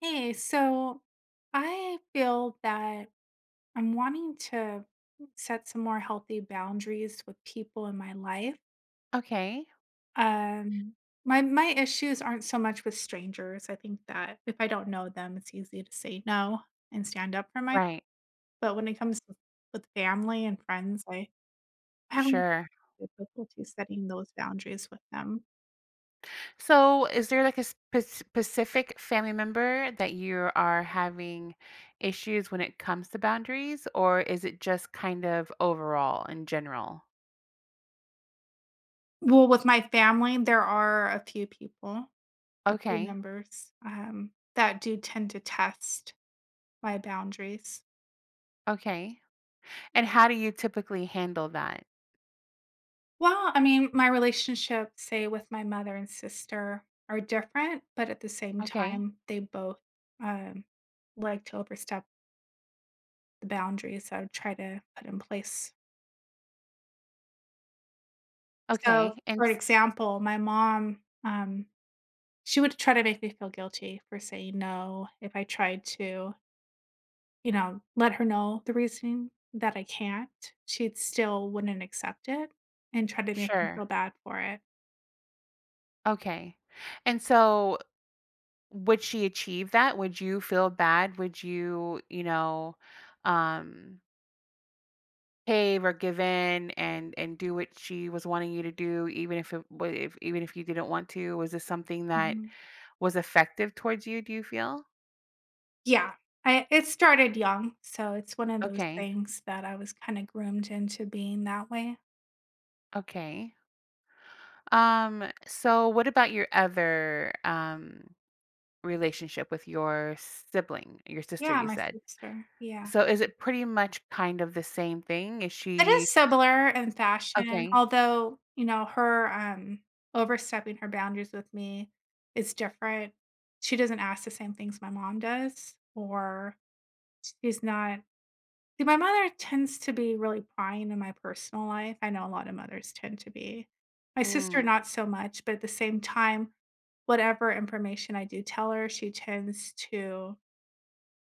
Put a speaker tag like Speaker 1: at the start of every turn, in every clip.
Speaker 1: Hey, so I feel that I'm wanting to set some more healthy boundaries with people in my life.
Speaker 2: Okay.
Speaker 1: Um, my issues aren't so much with strangers. I think that if I don't know them, it's easy to say no and stand up for myself.
Speaker 2: Right.
Speaker 1: But when it comes to, with family and friends, I have
Speaker 2: Sure.
Speaker 1: difficulty setting those boundaries with them.
Speaker 2: So, is there like a specific family member that you are having issues when it comes to boundaries, or is it just kind of overall in general?
Speaker 1: Well, with my family, there are a few people, a few
Speaker 2: Okay.
Speaker 1: members that do tend to test my boundaries.
Speaker 2: Okay. And how do you typically handle that?
Speaker 1: Well, I mean, my relationship, say, with my mother and sister are different, but at the same
Speaker 2: Okay.
Speaker 1: time, they both, um, like to overstep the boundaries I would try to put in place. So,
Speaker 2: Okay.
Speaker 1: for example, my mom, she would try to make me feel guilty for saying no if I tried to, you know, let her know the reason that I can't. She'd still wouldn't accept it and try to make me feel
Speaker 2: Sure.
Speaker 1: bad for it.
Speaker 2: Okay. And so, would she achieve that? Would you feel bad? Would you um, cave or give in and do what she was wanting you to do even if it wa if even if you didn't want to? Was this something that
Speaker 1: Mhm.
Speaker 2: was effective towards you, do you feel?
Speaker 1: Yeah. I it started young, so it's one of those
Speaker 2: Okay,
Speaker 1: things that I was kinda groomed into being that way.
Speaker 2: okay. So what about your other, relationship with your sibling? Your sister,
Speaker 1: Yeah,
Speaker 2: you
Speaker 1: my
Speaker 2: said.
Speaker 1: sister, yeah.
Speaker 2: So is it pretty much kind of the same thing? Is
Speaker 1: It
Speaker 2: she
Speaker 1: is similar in fashion,
Speaker 2: okay.
Speaker 1: although, her, overstepping her boundaries with me is different. She doesn't ask the same things my mom does, or she's not. See, my mother tends to be really prying in my personal life. I know a lot of mothers tend to be. My sister,
Speaker 2: Mm,
Speaker 1: not so much, but at the same time, whatever information I do tell her, she tends to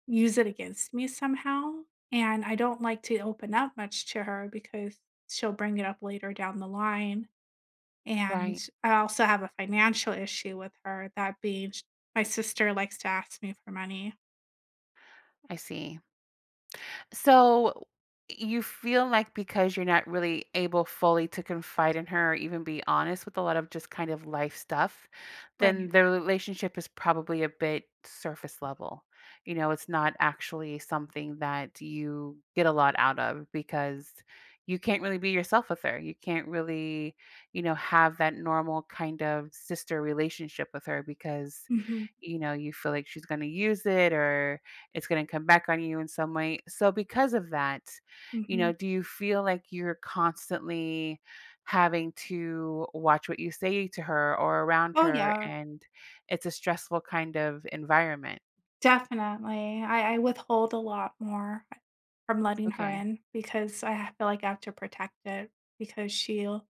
Speaker 1: use it against me somehow, and I don't like to open up much to her because she'll bring it up later down the line. And
Speaker 2: right,
Speaker 1: I also have a financial issue with her, that being sh my sister likes to ask me for money.
Speaker 2: I see. So you feel like because you're not really able fully to confide in her or even be honest with a lot of just kind of life stuff,
Speaker 1: Right.
Speaker 2: then the relationship is probably a bit surface level. It's not actually something that you get a lot out of because you can't really be yourself with her. You can't really, have that normal kind of sister relationship with her because,
Speaker 1: Mhm,
Speaker 2: you feel like she's going to use it or it's gonna come back on you in some way. So because of that,
Speaker 1: mhm.
Speaker 2: do you feel like you're constantly having to watch what you say to her or around
Speaker 1: Oh,
Speaker 2: her
Speaker 1: yeah,
Speaker 2: and it's a stressful kind of environment?
Speaker 1: definitely. I withhold a lot more from letting her
Speaker 2: Okay.
Speaker 1: in because I feel like I have to protect it because she'll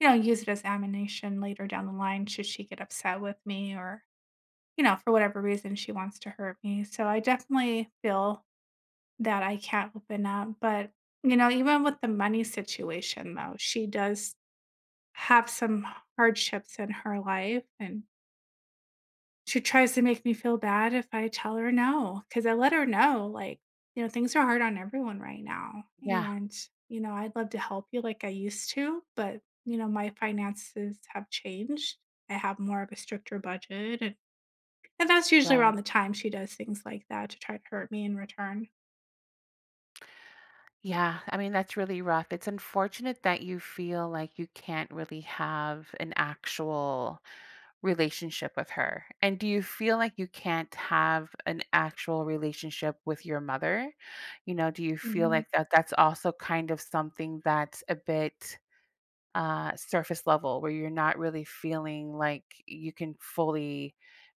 Speaker 1: use it as ammunition later down the line should she get upset with me or, for whatever reason she wants to hurt me. So I definitely feel that I can't open up. But, even with the money situation, though, she does have some hardships in her life. And she tries to make me feel bad if I tell her no, because I let her know, like, "Things are hard on everyone right now,
Speaker 2: Yeah,
Speaker 1: and, I'd love to help you like I used to, but, my finances have changed. I have more of a stricter budget," and that's usually around
Speaker 2: right.
Speaker 1: the time she does things like that to try to hurt me in return.
Speaker 2: Yeah, I mean, that's really rough. It's unfortunate that you feel like you can't really have an actual relationship with her. And do you feel like you can't have an actual relationship with your mother? Do you feel
Speaker 1: Mhm.
Speaker 2: like that's also kind of something that's a bit surface level where you're not really feeling like you can fully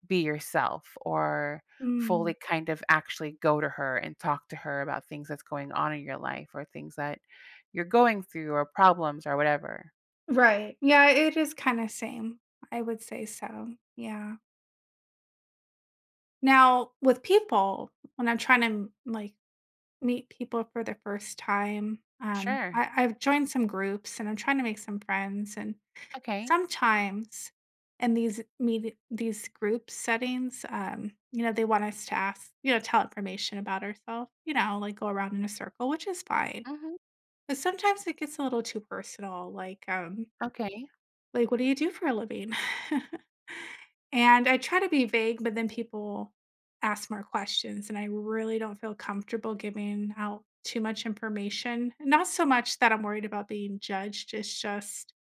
Speaker 2: be yourself or
Speaker 1: Mm.
Speaker 2: fully kind of actually go to her and talk to her about things that's going on in your life or things that you're going through or problems or whatever?
Speaker 1: Right. Yeah, it is kinda same. I would say so. Yeah. Now, with people, when I'm trying to, like meet people for the first time.
Speaker 2: Sure.
Speaker 1: I've joined some groups and I'm trying to make some friends, and
Speaker 2: Okay.
Speaker 1: sometimes in these group settings, you know, they want us to ask, tell information about ourselves, like go around in a circle, which is fine.
Speaker 2: Hmm.
Speaker 1: But sometimes it gets a little too personal,
Speaker 2: Okay.
Speaker 1: like what do you do for a living? And I try to be vague, but then people ask more questions, and I really don't feel comfortable giving out too much information. Not so much that I'm worried about being judged. It's just,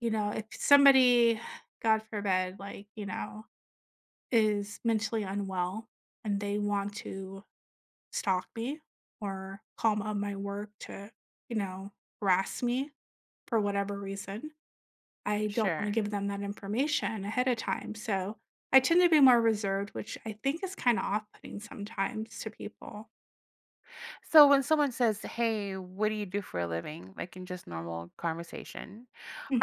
Speaker 1: if somebody, God forbid, like, is mentally unwell and they want to stalk me or call my work to, you know, harass me for whatever reason. I don't wanna
Speaker 2: Sure.
Speaker 1: give them that information ahead of time, so I tend to be more reserved, which I think is kinda off-putting sometimes to people.
Speaker 2: So when someone says, "Hey, what do you do for a living?" like in just normal conversation,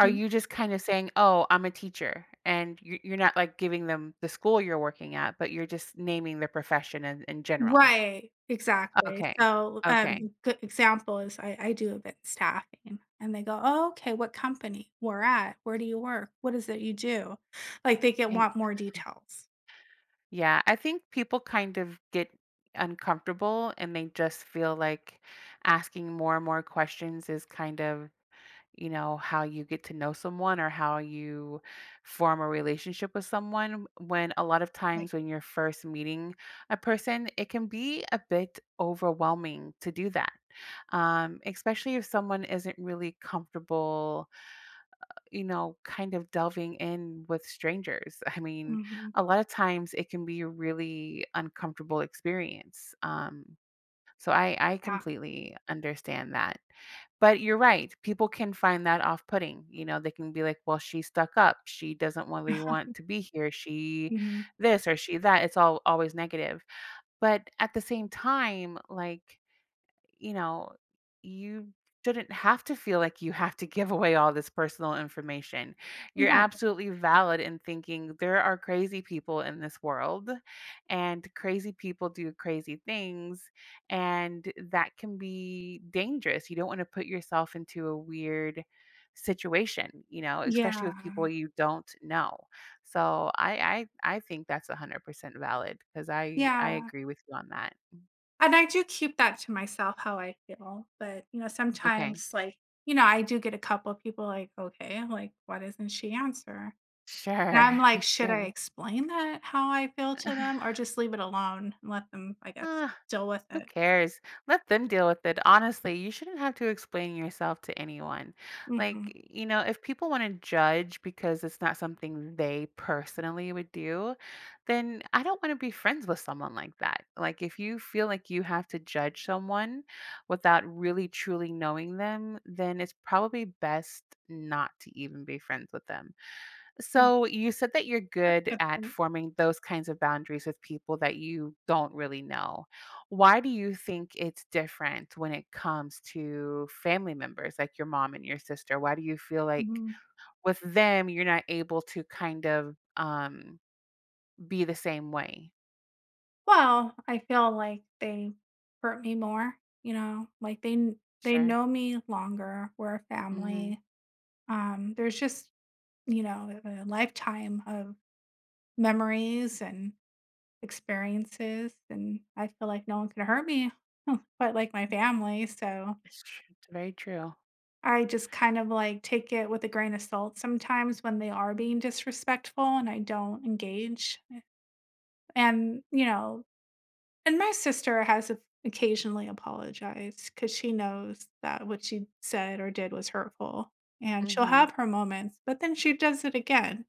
Speaker 2: are you just kind of saying, "Oh, I'm a teacher," and you're not like giving them the school you're working at, but you're just naming the profession in general?
Speaker 1: Right, exactly.
Speaker 2: Okay,
Speaker 1: So,
Speaker 2: okay,
Speaker 1: good example is I do event staffing, and they go, "Oh, okay, what company? Where at? Where do you work? What is it you do?" Like, they get
Speaker 2: I-
Speaker 1: want more details.
Speaker 2: yeah. I think people kind of get uncomfortable and they just feel like asking more and more questions is kind of how you get to know someone or how you form a relationship with someone. When a lot of
Speaker 1: Right.
Speaker 2: times when you're first meeting a person, it can be a bit overwhelming to do that, especially if someone isn't really comfortable, kind of delving in with strangers. I mean,
Speaker 1: Mhm.
Speaker 2: a lot of times it can be a really uncomfortable experience. So I
Speaker 1: Yeah.
Speaker 2: completely understand that. But you're right, people can find that off-putting, they can be like, "Well, she's stuck up. She doesn't really want to be here. She
Speaker 1: Mhm.
Speaker 2: this or she that." It's all always negative. But at the same time, like you know, you shouldn't have to feel like you have to give away all this personal information. You're
Speaker 1: Right.
Speaker 2: absolutely valid in thinking there are crazy people in this world and crazy people do crazy things and that can be dangerous. You don't want to put yourself into a weird situation, especially
Speaker 1: Yeah.
Speaker 2: with people you don't know. So I think that's 100% valid because I
Speaker 1: Yeah.
Speaker 2: agree with you on that.
Speaker 1: And I do keep that to myself how I feel, but,
Speaker 2: Okay.
Speaker 1: sometimes, like, I do get a couple of people like, "Okay, like, why doesn't she answer?" And
Speaker 2: Sure.
Speaker 1: I'm like, "Should I
Speaker 2: Sure.
Speaker 1: explain that how I feel to them or just leave it alone and let them, I guess,
Speaker 2: Ah,
Speaker 1: deal with
Speaker 2: who
Speaker 1: it?"
Speaker 2: cares? Let them deal with it. Honestly, you shouldn't have to explain yourself to anyone.
Speaker 1: Mhm.
Speaker 2: Like, if people want to judge because it's not something they personally would do, then I don't want to be friends with someone like that. Like, if you feel like you have to judge someone without really truly knowing them, then it's probably best not to even be friends with them.
Speaker 1: Yeah,
Speaker 2: So you said that you're good
Speaker 1: good
Speaker 2: at
Speaker 1: point.
Speaker 2: forming those kinds of boundaries with people that you don't really know. Why do you think it's different when it comes to family members like your mom and your sister? Why do you feel like
Speaker 1: Mhm.
Speaker 2: with them you're not able to kind of be the same way?
Speaker 1: Well, I feel like they hurt me more, like, they kn they
Speaker 2: Sure.
Speaker 1: know me longer, we're a
Speaker 2: Mhm.
Speaker 1: family, there's just, a lifetime of memories and experiences, and I feel like no one could hurt me, but, like, my family. So
Speaker 2: It's very true.
Speaker 1: I just kind of, like, take it with a grain of salt sometimes when they are being disrespectful and I don't engage, and, you know and my sister has o occasionally apologized because she knows that what she said or did was hurtful, and she'll
Speaker 2: Mhm.
Speaker 1: have her moments, but then she does it again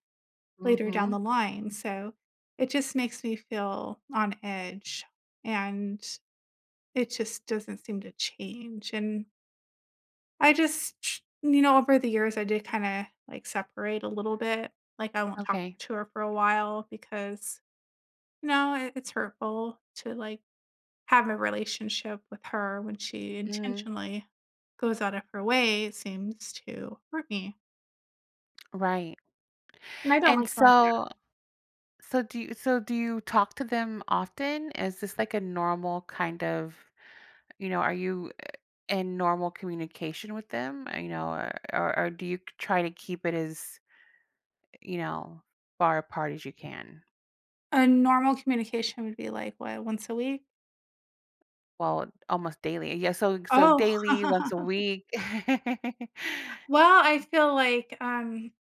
Speaker 1: later down the
Speaker 2: Mhm.
Speaker 1: line, so it just makes me feel on edge, and it just doesn't seem to change, and I just tr you know, over the years, I did kinda, like, separate a little bit, like, I won't talk
Speaker 2: Okay.
Speaker 1: to her for a while because, it's hurtful to, like, have a relationship with her when she
Speaker 2: Mhm.
Speaker 1: intentionally goes out of her way, it seems, to hurt me,
Speaker 2: Right.
Speaker 1: and I don't
Speaker 2: And
Speaker 1: like feeling that.
Speaker 2: so so do you talk to them often? Is this like a normal kind of, are you in normal communication with them? Or do you try to keep it as, you know, far apart as you can?
Speaker 1: A normal communication would be, like, what, once a week?
Speaker 2: Well, almost daily. Yeah, so
Speaker 1: Oh,
Speaker 2: daily, once a week.
Speaker 1: well, I feel like,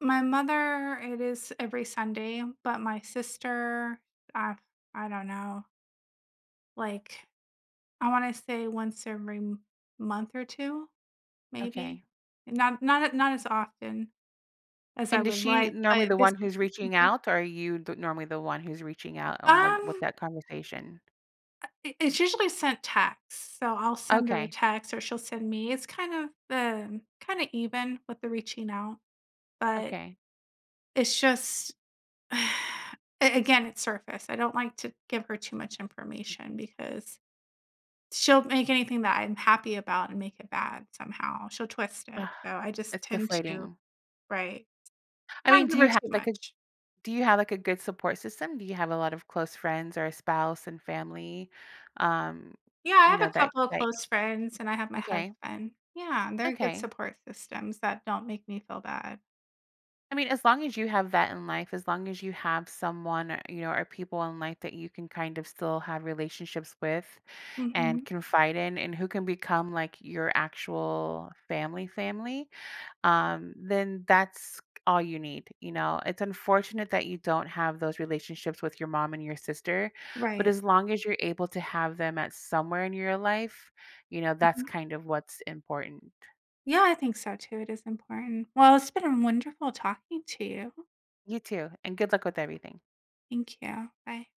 Speaker 1: my mother, it is every Sunday, but my sister, I I don't know, like, I wanna say once every m month or 2, maybe?
Speaker 2: Okay.
Speaker 1: Not as often as I
Speaker 2: And is
Speaker 1: would
Speaker 2: she
Speaker 1: like,
Speaker 2: normally
Speaker 1: but
Speaker 2: the
Speaker 1: this.
Speaker 2: one who's reaching
Speaker 1: Mhm.
Speaker 2: out, or are you normally the one who's reaching out with
Speaker 1: Um,
Speaker 2: that conversation?
Speaker 1: I it's usually sent text, so I'll send her a
Speaker 2: Okay.
Speaker 1: text or she'll send me. It's kind of, the kinda even with the reaching out, but
Speaker 2: Okay.
Speaker 1: it's just. A again, it's surface. I don't like to give her too much information because she'll make anything that I'm happy about and make it bad somehow. She'll twist it.
Speaker 2: Ugh,
Speaker 1: So I just
Speaker 2: it's
Speaker 1: tend to.
Speaker 2: deflating.
Speaker 1: Right.
Speaker 2: I
Speaker 1: Not
Speaker 2: mean,
Speaker 1: give her too much.
Speaker 2: do you have like a good support system? Do you have a lot of close friends or a spouse and family? Um,
Speaker 1: Yeah, I
Speaker 2: you
Speaker 1: have
Speaker 2: know,
Speaker 1: a
Speaker 2: that
Speaker 1: couple of
Speaker 2: that
Speaker 1: close friends and I have my
Speaker 2: okay.
Speaker 1: husband. Yeah, and they're good
Speaker 2: Okay.
Speaker 1: support systems that don't make me feel bad.
Speaker 2: I mean, as long as you have that in life, as long as you have someone, or people in life that you can kind of still have relationships with and
Speaker 1: Mhm.
Speaker 2: confide in and who can become like your actual family, then that's all you need. It's unfortunate that you don't have those relationships with your mom and your sister, but
Speaker 1: Right.
Speaker 2: as long as you're able to have them at somewhere in your life, that's
Speaker 1: Mhm.
Speaker 2: kind of what's important.
Speaker 1: Yeah, I think so too. It is important. Well, it's been wonderful talking to you.
Speaker 2: You too, and good luck with everything.
Speaker 1: Thank you. Bye.